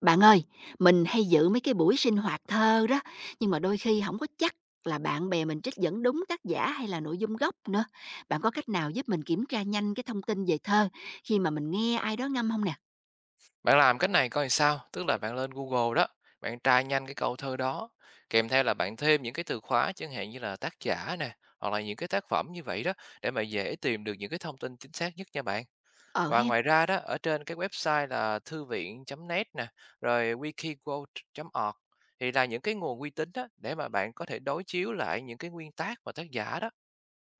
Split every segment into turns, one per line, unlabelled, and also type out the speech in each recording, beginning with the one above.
Bạn ơi, mình hay dự mấy cái buổi sinh hoạt thơ đó, nhưng mà đôi khi không có chắc là bạn bè mình trích dẫn đúng tác giả hay là nội dung gốc nữa. Bạn có cách nào giúp mình kiểm tra nhanh cái thông tin về thơ khi mà mình nghe ai đó ngâm không nè?
Bạn làm cách này coi sao, tức là bạn lên Google đó, bạn tra nhanh cái câu thơ đó, kèm theo là bạn thêm những cái từ khóa chẳng hạn như là tác giả nè, hoặc là những cái tác phẩm như vậy đó, để mà dễ tìm được những cái thông tin chính xác nhất nha bạn.
Ờ
Và
hen,
ngoài ra đó, ở trên cái website là thuvien.net nè, rồi wikiquote.org thì là những cái nguồn uy tín đó để mà bạn có thể đối chiếu lại những cái nguyên tác và tác giả đó.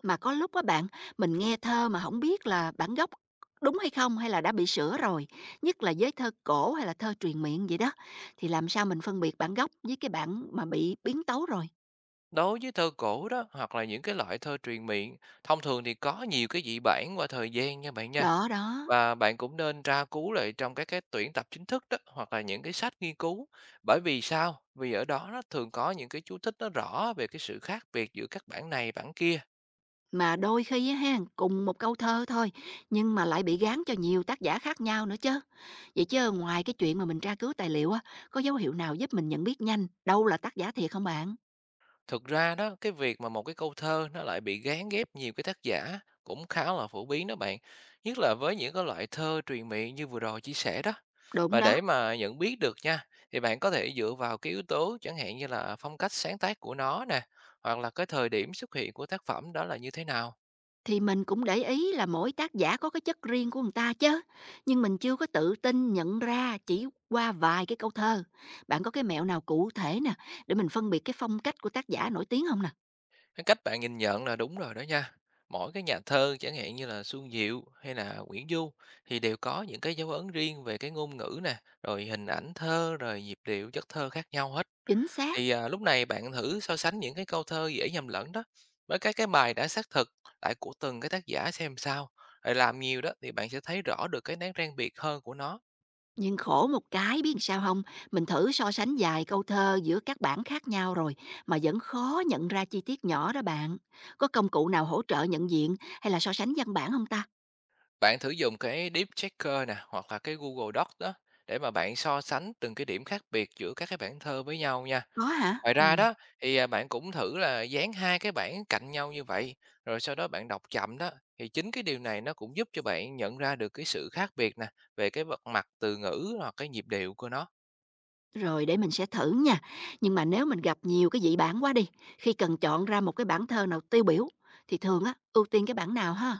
mà có lúc á bạn, mình nghe thơ mà không biết là bản gốc đúng hay không hay là đã bị sửa rồi, nhất là với thơ cổ hay là thơ truyền miệng vậy đó, thì làm sao mình phân biệt bản gốc với cái bản mà bị biến tấu rồi?
Đối với thơ cổ đó hoặc là những cái loại thơ truyền miệng, thông thường thì có nhiều cái dị bản qua thời gian nha bạn nha.
Đó, đó.
Và bạn cũng nên tra cứu lại trong các cái tuyển tập chính thức đó, hoặc là những cái sách nghiên cứu. Bởi vì sao? Vì ở đó nó thường có những cái chú thích nó rõ về cái sự khác biệt giữa các bản này, bản kia.
Mà đôi khi á ha, cùng một câu thơ thôi, nhưng mà lại bị gán cho nhiều tác giả khác nhau nữa chứ. Vậy chứ ngoài cái chuyện mà mình tra cứu tài liệu á, có dấu hiệu nào giúp mình nhận biết nhanh đâu là tác giả thiệt không bạn?
Thực ra đó, cái việc mà một cái câu thơ nó lại bị gán ghép nhiều cái tác giả cũng khá là phổ biến đó bạn. Nhất là với những cái loại thơ truyền miệng như vừa rồi chia sẻ đó.
Đúng
Và
đó,
để mà nhận biết được nha, thì bạn có thể dựa vào cái yếu tố chẳng hạn như là phong cách sáng tác của nó nè, hoặc là cái thời điểm xuất hiện của tác phẩm đó là như thế nào.
thì mình cũng để ý là mỗi tác giả có cái chất riêng của người ta chứ, nhưng mình chưa có tự tin nhận ra chỉ qua vài cái câu thơ. Bạn có cái mẹo nào cụ thể nè, để mình phân biệt cái phong cách của tác giả nổi tiếng không nè?
Cái cách bạn nhìn nhận là đúng rồi đó nha. Mỗi cái nhà thơ chẳng hạn như là Xuân Diệu hay là Nguyễn Du thì đều có những cái dấu ấn riêng về cái ngôn ngữ nè, rồi hình ảnh thơ, rồi nhịp điệu, chất thơ khác nhau hết.
Chính xác.
Thì lúc này bạn thử so sánh những cái câu thơ dễ nhầm lẫn đó với các cái bài đã xác thực lại của từng cái tác giả xem sao. Rồi làm nhiều đó thì bạn sẽ thấy rõ được cái nét ràng biệt hơn của nó.
Nhưng khổ một cái biết sao không. Mình thử so sánh vài câu thơ giữa các bản khác nhau rồi mà vẫn khó nhận ra chi tiết nhỏ đó bạn. Có công cụ nào hỗ trợ nhận diện hay là so sánh văn bản không ta?
Bạn thử dùng cái Deep Checker nè hoặc là cái Google Docs đó để mà bạn so sánh từng cái điểm khác biệt giữa các cái bản thơ với nhau nha.
Có hả?
Ngoài ra đó thì, bạn cũng thử là dán 2 cái bảng cạnh nhau như vậy, rồi sau đó bạn đọc chậm đó, thì chính cái điều này nó cũng giúp cho bạn nhận ra được cái sự khác biệt nè, về cái vật mặt từ ngữ hoặc cái nhịp điệu của nó.
Rồi để mình sẽ thử nha. Nhưng mà nếu mình gặp nhiều cái dị bản quá đi, khi cần chọn ra một cái bản thơ nào tiêu biểu thì thường á, ưu tiên cái bản nào ha?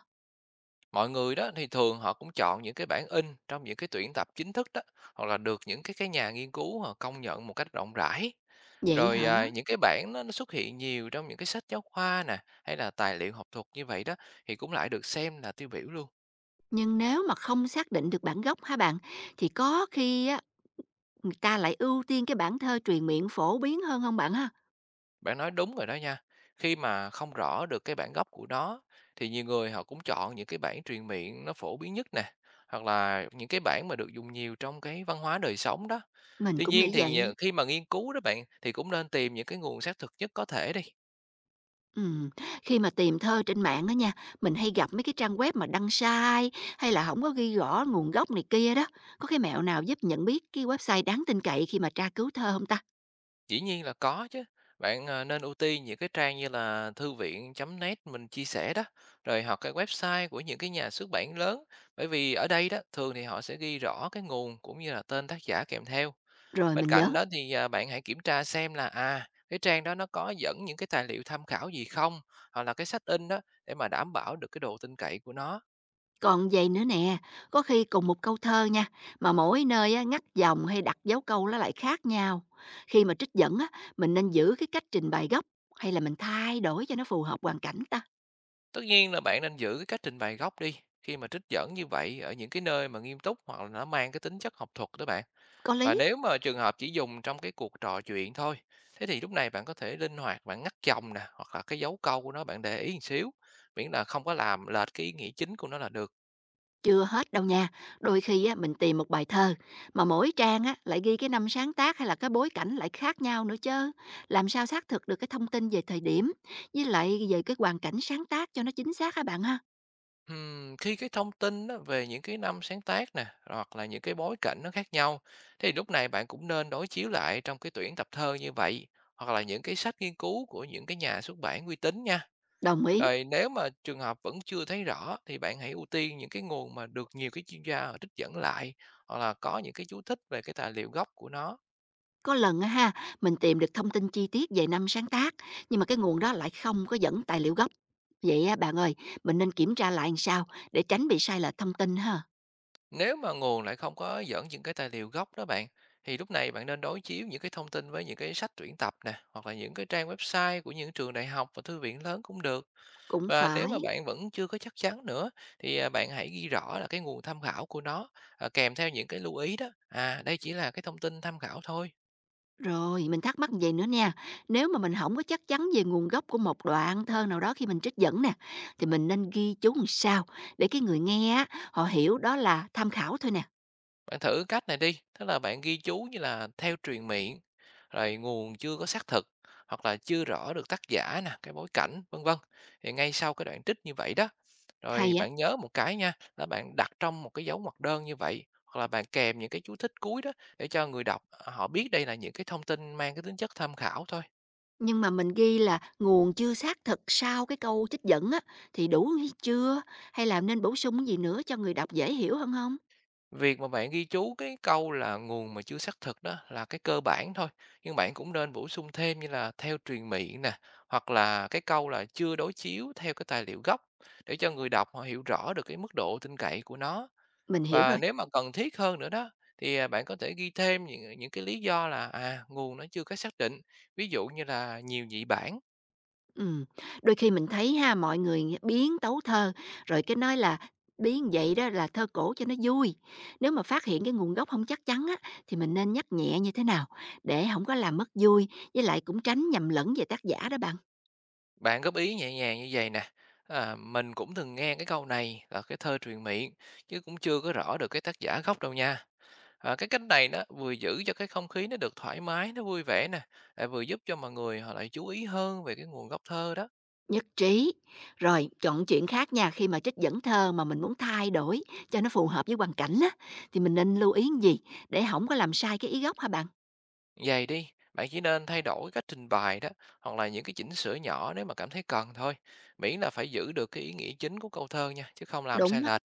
Mọi người đó thì thường họ cũng chọn những cái bản in trong những cái tuyển tập chính thức đó, hoặc là được những cái nhà nghiên cứu họ công nhận một cách rộng rãi.
Vậy
Rồi,
hả?
những cái bản nó xuất hiện nhiều trong những cái sách giáo khoa nè, hay là tài liệu học thuật như vậy đó, thì cũng lại được xem là tiêu biểu luôn.
Nhưng nếu mà không xác định được bản gốc hả bạn, thì có khi á, người ta lại ưu tiên cái bản thơ truyền miệng phổ biến hơn không bạn ha?
Bạn nói đúng rồi đó nha. Khi mà không rõ được cái bản gốc của nó thì nhiều người họ cũng chọn những cái bản truyền miệng nó phổ biến nhất nè, hoặc là những cái bản mà được dùng nhiều trong cái văn hóa đời sống đó.
Mình
Tuy
cũng
nhiên
nghĩ
thì
vậy.
khi mà nghiên cứu đó bạn thì cũng nên tìm những cái nguồn xác thực nhất có thể đi.
Ừm, khi mà tìm thơ trên mạng á nha, mình hay gặp mấy cái trang web mà đăng sai hay là không có ghi rõ nguồn gốc này kia đó. Có cái mẹo nào giúp nhận biết cái website đáng tin cậy khi mà tra cứu thơ không ta?
Dĩ nhiên là có chứ. Bạn nên ưu tiên những cái trang như là thuvien.net mình chia sẻ đó, rồi hoặc cái website của những cái nhà xuất bản lớn, bởi vì ở đây đó thường thì họ sẽ ghi rõ cái nguồn cũng như là tên tác giả kèm theo.
Rồi
Bên
mình nhớ,
cạnh đó thì, bạn hãy kiểm tra xem là, cái trang đó nó có dẫn những cái tài liệu tham khảo gì không, hoặc là cái sách in đó để mà đảm bảo được cái độ tin cậy của nó.
còn vậy nữa nè, có khi cùng một câu thơ nha, mà mỗi nơi á ngắt dòng hay đặt dấu câu nó lại khác nhau. Khi mà trích dẫn á, mình nên giữ cái cách trình bày gốc hay là mình thay đổi cho nó phù hợp hoàn cảnh ta?
Tất nhiên là bạn nên giữ cái cách trình bày gốc đi, khi mà trích dẫn như vậy ở những cái nơi mà nghiêm túc hoặc là nó mang cái tính chất học thuật đó bạn.
Có
Và
lý.
nếu mà trường hợp chỉ dùng trong cái cuộc trò chuyện thôi, thế thì lúc này bạn có thể linh hoạt bạn ngắt dòng nè, hoặc là cái dấu câu của nó bạn để ý một xíu, miễn là không có làm lệch cái ý nghĩa chính của nó là được.
Chưa hết đâu nha, đôi khi á, mình tìm một bài thơ mà mỗi trang á, lại ghi cái năm sáng tác hay là cái bối cảnh lại khác nhau nữa chứ. Làm sao xác thực được cái thông tin về thời điểm với lại về cái hoàn cảnh sáng tác cho nó chính xác hả bạn ha?
Khi cái thông tin á, về những cái năm sáng tác nè hoặc là những cái bối cảnh nó khác nhau thì lúc này bạn cũng nên đối chiếu lại trong cái tuyển tập thơ như vậy hoặc là những cái sách nghiên cứu của những cái nhà xuất bản uy tín nha.
Đồng ý.
Rồi nếu mà trường hợp vẫn chưa thấy rõ thì bạn hãy ưu tiên những cái nguồn mà được nhiều cái chuyên gia họ trích dẫn lại hoặc là có những cái chú thích về cái tài liệu gốc của nó.
Có lần á ha, mình tìm được thông tin chi tiết về năm sáng tác, nhưng mà cái nguồn đó lại không có dẫn tài liệu gốc. Vậy á, bạn ơi, mình nên kiểm tra lại làm sao để tránh bị sai lệch thông tin ha?
Nếu mà nguồn lại không có dẫn những cái tài liệu gốc đó bạn, thì lúc này bạn nên đối chiếu những cái thông tin với những cái sách tuyển tập nè, hoặc là những cái trang website của những trường đại học và thư viện lớn cũng được.
Cũng
Và nếu mà
phải.
bạn vẫn chưa có chắc chắn nữa, thì bạn hãy ghi rõ là cái nguồn tham khảo của nó, kèm theo những cái lưu ý đó. Đây chỉ là cái thông tin tham khảo thôi.
Rồi, mình thắc mắc vậy nữa nha. Nếu mà mình không có chắc chắn về nguồn gốc của một đoạn thơ nào đó khi mình trích dẫn nè, thì mình nên ghi chú làm sao để cái người nghe á, họ hiểu đó là tham khảo thôi nè.
Bạn thử cách này đi, tức là bạn ghi chú như là theo truyền miệng, rồi nguồn chưa có xác thực hoặc là chưa rõ được tác giả nè, cái bối cảnh vân vân. Thì ngay sau cái đoạn trích như vậy đó, rồi
Hay á.
bạn nhớ một cái nha, là bạn đặt trong một cái dấu ngoặc đơn như vậy hoặc là bạn kèm những cái chú thích cuối đó để cho người đọc họ biết đây là những cái thông tin mang cái tính chất tham khảo thôi.
Nhưng mà mình ghi là nguồn chưa xác thực sau cái câu trích dẫn á, thì đủ hay chưa? Hay là nên bổ sung cái gì nữa cho người đọc dễ hiểu hơn không?
Việc mà bạn ghi chú cái câu là nguồn mà chưa xác thực đó là cái cơ bản thôi, nhưng bạn cũng nên bổ sung thêm như là theo truyền miệng nè, hoặc là cái câu là chưa đối chiếu theo cái tài liệu gốc để cho người đọc họ hiểu rõ được cái mức độ tin cậy của nó.
Mình hiểu
Và
rồi.
nếu mà cần thiết hơn nữa đó thì bạn có thể ghi thêm những cái lý do là nguồn nó chưa có xác định, ví dụ như là nhiều nhị bản.
Ừm, đôi khi mình thấy ha, mọi người biến tấu thơ, rồi cái nói là biến vậy đó là thơ cổ cho nó vui. Nếu mà phát hiện cái nguồn gốc không chắc chắn á, thì mình nên nhắc nhẹ như thế nào để không có làm mất vui, với lại cũng tránh nhầm lẫn về tác giả đó bạn?
Bạn góp ý nhẹ nhàng như vậy nè. À, mình cũng từng nghe cái câu này là cái thơ truyền miệng chứ cũng chưa có rõ được cái tác giả gốc đâu nha. Cái cách này nó vừa giữ cho cái không khí nó được thoải mái, nó vui vẻ nè, lại vừa giúp cho mọi người họ lại chú ý hơn về cái nguồn gốc thơ đó.
Nhất trí. Rồi, chọn chuyện khác nha, khi mà trích dẫn thơ mà mình muốn thay đổi cho nó phù hợp với hoàn cảnh á, thì mình nên lưu ý gì để không có làm sai cái ý gốc hả bạn?
Vậy đi, bạn chỉ nên thay đổi cái cách trình bày đó, hoặc là những cái chỉnh sửa nhỏ nếu mà cảm thấy cần thôi. Miễn là phải giữ được cái ý nghĩa chính của câu thơ nha, chứ không làm
Đúng
sai
á.
lệch.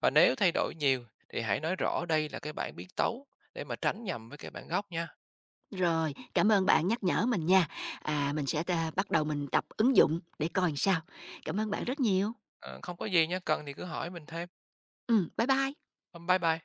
Và nếu thay đổi nhiều thì hãy nói rõ đây là cái bản biến tấu để mà tránh nhầm với cái bản gốc nha.
Rồi, cảm ơn bạn nhắc nhở mình nha. À, mình sẽ, bắt đầu mình tập ứng dụng để coi làm sao. Cảm ơn
Ừ.
bạn rất nhiều.
Ờ, không có gì nha, cần thì cứ hỏi mình thêm.
Bye bye.
Bye bye.